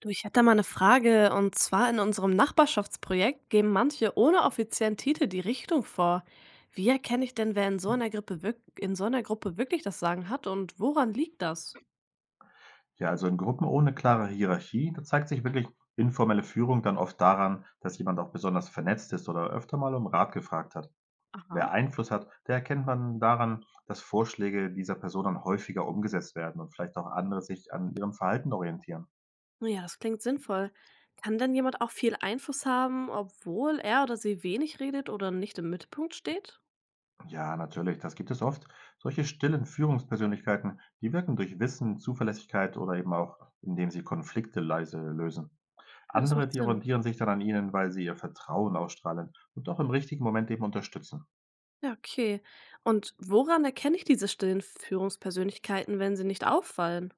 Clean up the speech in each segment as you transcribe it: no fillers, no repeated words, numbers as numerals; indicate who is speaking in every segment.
Speaker 1: Du, ich hätte da mal eine Frage. Und zwar in unserem Nachbarschaftsprojekt geben manche ohne offiziellen Titel die Richtung vor. Wie erkenne ich denn, wer in so einer Gruppe, wirk in so einer Gruppe wirklich das Sagen hat und woran liegt das?
Speaker 2: Ja, also in Gruppen ohne klare Hierarchie, da zeigt sich wirklich informelle Führung dann oft daran, dass jemand auch besonders vernetzt ist oder öfter mal um Rat gefragt hat.
Speaker 1: Aha.
Speaker 2: Wer Einfluss hat, der erkennt man daran, dass Vorschläge dieser Person dann häufiger umgesetzt werden und vielleicht auch andere sich an ihrem Verhalten orientieren.
Speaker 1: Naja, das klingt sinnvoll. Kann denn jemand auch viel Einfluss haben, obwohl er oder sie wenig redet oder nicht im Mittelpunkt steht?
Speaker 2: Ja, natürlich, das gibt es oft. Solche stillen Führungspersönlichkeiten, die wirken durch Wissen, Zuverlässigkeit oder eben auch, indem sie Konflikte leise lösen.
Speaker 1: Ja, das
Speaker 2: Andere,
Speaker 1: macht
Speaker 2: die
Speaker 1: Sinn.
Speaker 2: orientieren sich dann an ihnen, weil sie ihr Vertrauen ausstrahlen und auch im richtigen Moment eben unterstützen.
Speaker 1: Ja, okay. Und woran erkenne ich diese stillen Führungspersönlichkeiten, wenn sie nicht auffallen?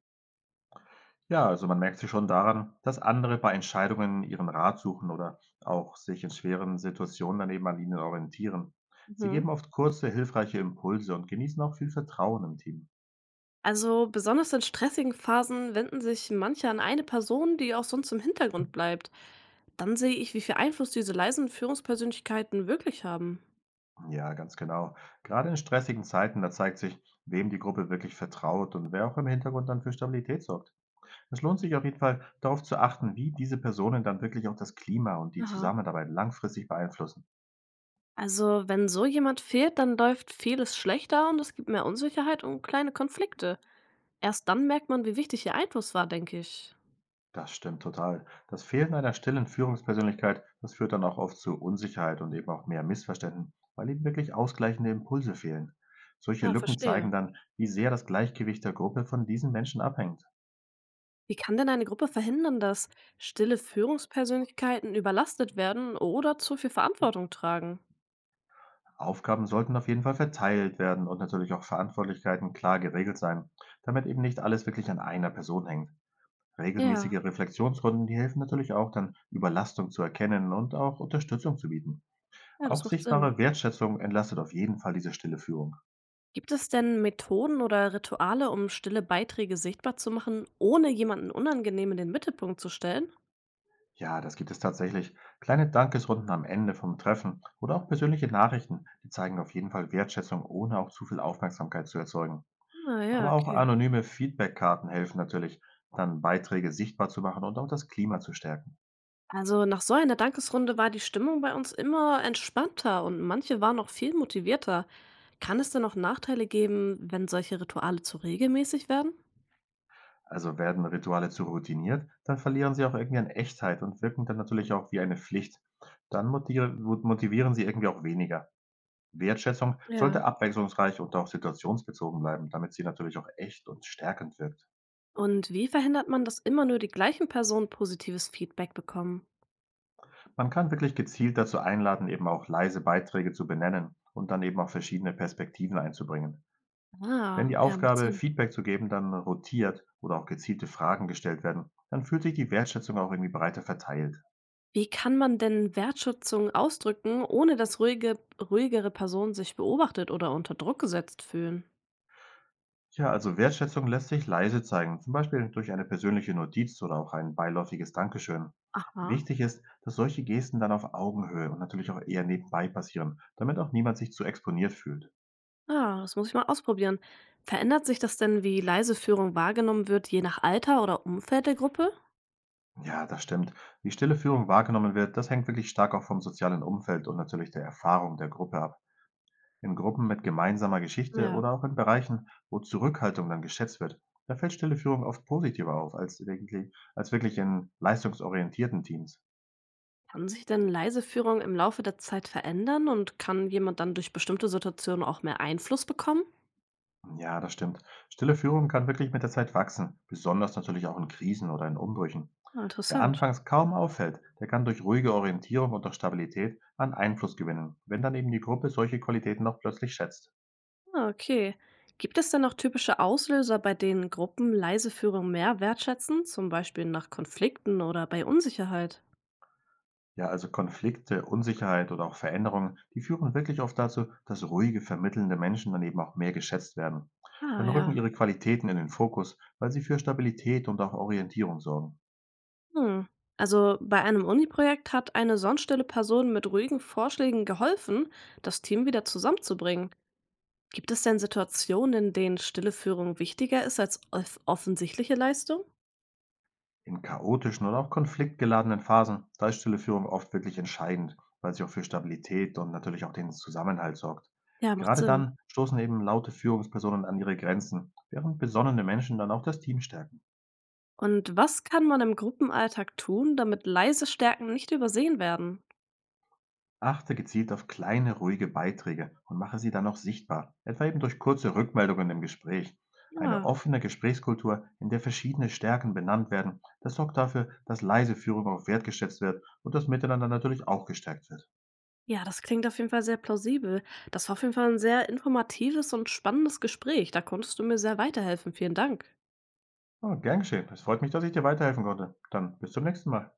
Speaker 2: Ja, also man merkt sich schon daran, dass andere bei Entscheidungen ihren Rat suchen oder auch sich in schweren Situationen daneben eben an ihnen orientieren. Sie
Speaker 1: Mhm.
Speaker 2: geben oft kurze, hilfreiche Impulse und genießen auch viel Vertrauen im Team.
Speaker 1: Also besonders in stressigen Phasen wenden sich manche an eine Person, die auch sonst im Hintergrund bleibt. Dann sehe ich, wie viel Einfluss diese leisen Führungspersönlichkeiten wirklich haben.
Speaker 2: Ja, ganz genau. Gerade in stressigen Zeiten, da zeigt sich, wem die Gruppe wirklich vertraut und wer auch im Hintergrund dann für Stabilität sorgt. Es lohnt sich auf jeden Fall darauf zu achten, wie diese Personen dann wirklich auch das Klima und die
Speaker 1: Aha.
Speaker 2: Zusammenarbeit langfristig beeinflussen.
Speaker 1: Also wenn so jemand fehlt, dann läuft vieles schlechter und es gibt mehr Unsicherheit und kleine Konflikte. Erst dann merkt man, wie wichtig ihr Einfluss war, denke ich.
Speaker 2: Das stimmt total. Das Fehlen einer stillen Führungspersönlichkeit, das führt dann auch oft zu Unsicherheit und eben auch mehr Missverständnissen, weil eben wirklich ausgleichende Impulse fehlen. Solche
Speaker 1: Ja,
Speaker 2: Lücken
Speaker 1: verstehe.
Speaker 2: zeigen dann, wie sehr das Gleichgewicht der Gruppe von diesen Menschen abhängt.
Speaker 1: Wie kann denn eine Gruppe verhindern, dass stille Führungspersönlichkeiten überlastet werden oder zu viel Verantwortung tragen?
Speaker 2: Aufgaben sollten auf jeden Fall verteilt werden und natürlich auch Verantwortlichkeiten klar geregelt sein, damit eben nicht alles wirklich an einer Person hängt. Regelmäßige
Speaker 1: Ja,
Speaker 2: Reflexionsrunden, die helfen natürlich auch dann, Überlastung zu erkennen und auch Unterstützung zu bieten.
Speaker 1: ja,
Speaker 2: Auch
Speaker 1: das macht Sinn.
Speaker 2: sichtbare Wertschätzung entlastet auf jeden Fall diese stille Führung.
Speaker 1: Gibt es denn Methoden oder Rituale, um stille Beiträge sichtbar zu machen, ohne jemanden unangenehm in den Mittelpunkt zu stellen?
Speaker 2: Ja, das gibt es tatsächlich. Kleine Dankesrunden am Ende vom Treffen oder auch persönliche Nachrichten, die zeigen auf jeden Fall Wertschätzung, ohne auch zu viel Aufmerksamkeit zu erzeugen.
Speaker 1: Ah ja,
Speaker 2: Aber auch
Speaker 1: okay.
Speaker 2: anonyme Feedbackkarten helfen natürlich, dann Beiträge sichtbar zu machen und auch das Klima zu stärken.
Speaker 1: Also nach so einer Dankesrunde war die Stimmung bei uns immer entspannter und manche waren auch viel motivierter. Kann es denn auch Nachteile geben, wenn solche Rituale zu regelmäßig werden?
Speaker 2: Also werden Rituale zu routiniert, dann verlieren sie auch irgendwie an Echtheit und wirken dann natürlich auch wie eine Pflicht. Dann motivieren sie irgendwie auch weniger. Wertschätzung
Speaker 1: Ja.
Speaker 2: sollte abwechslungsreich und auch situationsbezogen bleiben, damit sie natürlich auch echt und stärkend wirkt.
Speaker 1: Und wie verhindert man, dass immer nur die gleichen Personen positives Feedback bekommen?
Speaker 2: Man kann wirklich gezielt dazu einladen, eben auch leise Beiträge zu benennen und dann eben auch verschiedene Perspektiven einzubringen. Wenn
Speaker 1: Ah,
Speaker 2: die
Speaker 1: ja, macht
Speaker 2: Aufgabe,
Speaker 1: Sinn.
Speaker 2: Feedback zu geben, dann rotiert oder auch gezielte Fragen gestellt werden, dann fühlt sich die Wertschätzung auch irgendwie breiter verteilt.
Speaker 1: Wie kann man denn Wertschätzung ausdrücken, ohne dass ruhigere Personen sich beobachtet oder unter Druck gesetzt fühlen?
Speaker 2: Ja, also Wertschätzung lässt sich leise zeigen, zum Beispiel durch eine persönliche Notiz oder auch ein beiläufiges Dankeschön.
Speaker 1: Aha.
Speaker 2: Wichtig ist, dass solche Gesten dann auf Augenhöhe und natürlich auch eher nebenbei passieren, damit auch niemand sich zu exponiert fühlt.
Speaker 1: Ah, das muss ich mal ausprobieren. Verändert sich das denn, wie leise Führung wahrgenommen wird, je nach Alter oder Umfeld der Gruppe?
Speaker 2: Ja, das stimmt. Wie stille Führung wahrgenommen wird, das hängt wirklich stark auch vom sozialen Umfeld und natürlich der Erfahrung der Gruppe ab. In Gruppen mit gemeinsamer Geschichte
Speaker 1: Ja.
Speaker 2: oder auch in Bereichen, wo Zurückhaltung dann geschätzt wird, da fällt stille Führung oft positiver auf als wirklich in leistungsorientierten Teams.
Speaker 1: Kann sich denn leise Führung im Laufe der Zeit verändern und kann jemand dann durch bestimmte Situationen auch mehr Einfluss bekommen?
Speaker 2: Ja, das stimmt. Stille Führung kann wirklich mit der Zeit wachsen, besonders natürlich auch in Krisen oder in Umbrüchen.
Speaker 1: Ah,
Speaker 2: Wer
Speaker 1: interessant.
Speaker 2: anfangs kaum auffällt, der kann durch ruhige Orientierung und auch Stabilität an Einfluss gewinnen, wenn dann eben die Gruppe solche Qualitäten auch plötzlich schätzt.
Speaker 1: Ah, okay. Gibt es denn noch typische Auslöser, bei denen Gruppen leise Führung mehr wertschätzen, zum Beispiel nach Konflikten oder bei Unsicherheit?
Speaker 2: Ja, also Konflikte, Unsicherheit oder auch Veränderungen, die führen wirklich oft dazu, dass ruhige, vermittelnde Menschen dann eben auch mehr geschätzt werden.
Speaker 1: Ah
Speaker 2: Dann rücken
Speaker 1: ja.
Speaker 2: ihre Qualitäten in den Fokus, weil sie für Stabilität und auch Orientierung sorgen.
Speaker 1: Hm. Also bei einem Uni-Projekt hat eine sonst stille Person mit ruhigen Vorschlägen geholfen, das Team wieder zusammenzubringen. Gibt es denn Situationen, in denen stille Führung wichtiger ist als offensichtliche Leistung?
Speaker 2: In chaotischen oder auch konfliktgeladenen Phasen, da ist stille Führung oft wirklich entscheidend, weil sie auch für Stabilität und natürlich auch den Zusammenhalt sorgt.
Speaker 1: Ja, macht
Speaker 2: Gerade
Speaker 1: Sinn.
Speaker 2: dann stoßen eben laute Führungspersonen an ihre Grenzen, während besonnene Menschen dann auch das Team stärken.
Speaker 1: Und was kann man im Gruppenalltag tun, damit leise Stärken nicht übersehen werden?
Speaker 2: Achte gezielt auf kleine, ruhige Beiträge und mache sie dann auch sichtbar, etwa eben durch kurze Rückmeldungen im Gespräch. Eine
Speaker 1: Ja,
Speaker 2: offene Gesprächskultur, in der verschiedene Stärken benannt werden, das sorgt dafür, dass leise Führung auch wertgeschätzt wird und das Miteinander natürlich auch gestärkt wird.
Speaker 1: Ja, das klingt auf jeden Fall sehr plausibel. Das war auf jeden Fall ein sehr informatives und spannendes Gespräch. Da konntest du mir sehr weiterhelfen. Vielen Dank.
Speaker 2: Oh, gern geschehen. Es freut mich, dass ich dir weiterhelfen konnte. Dann bis zum nächsten Mal.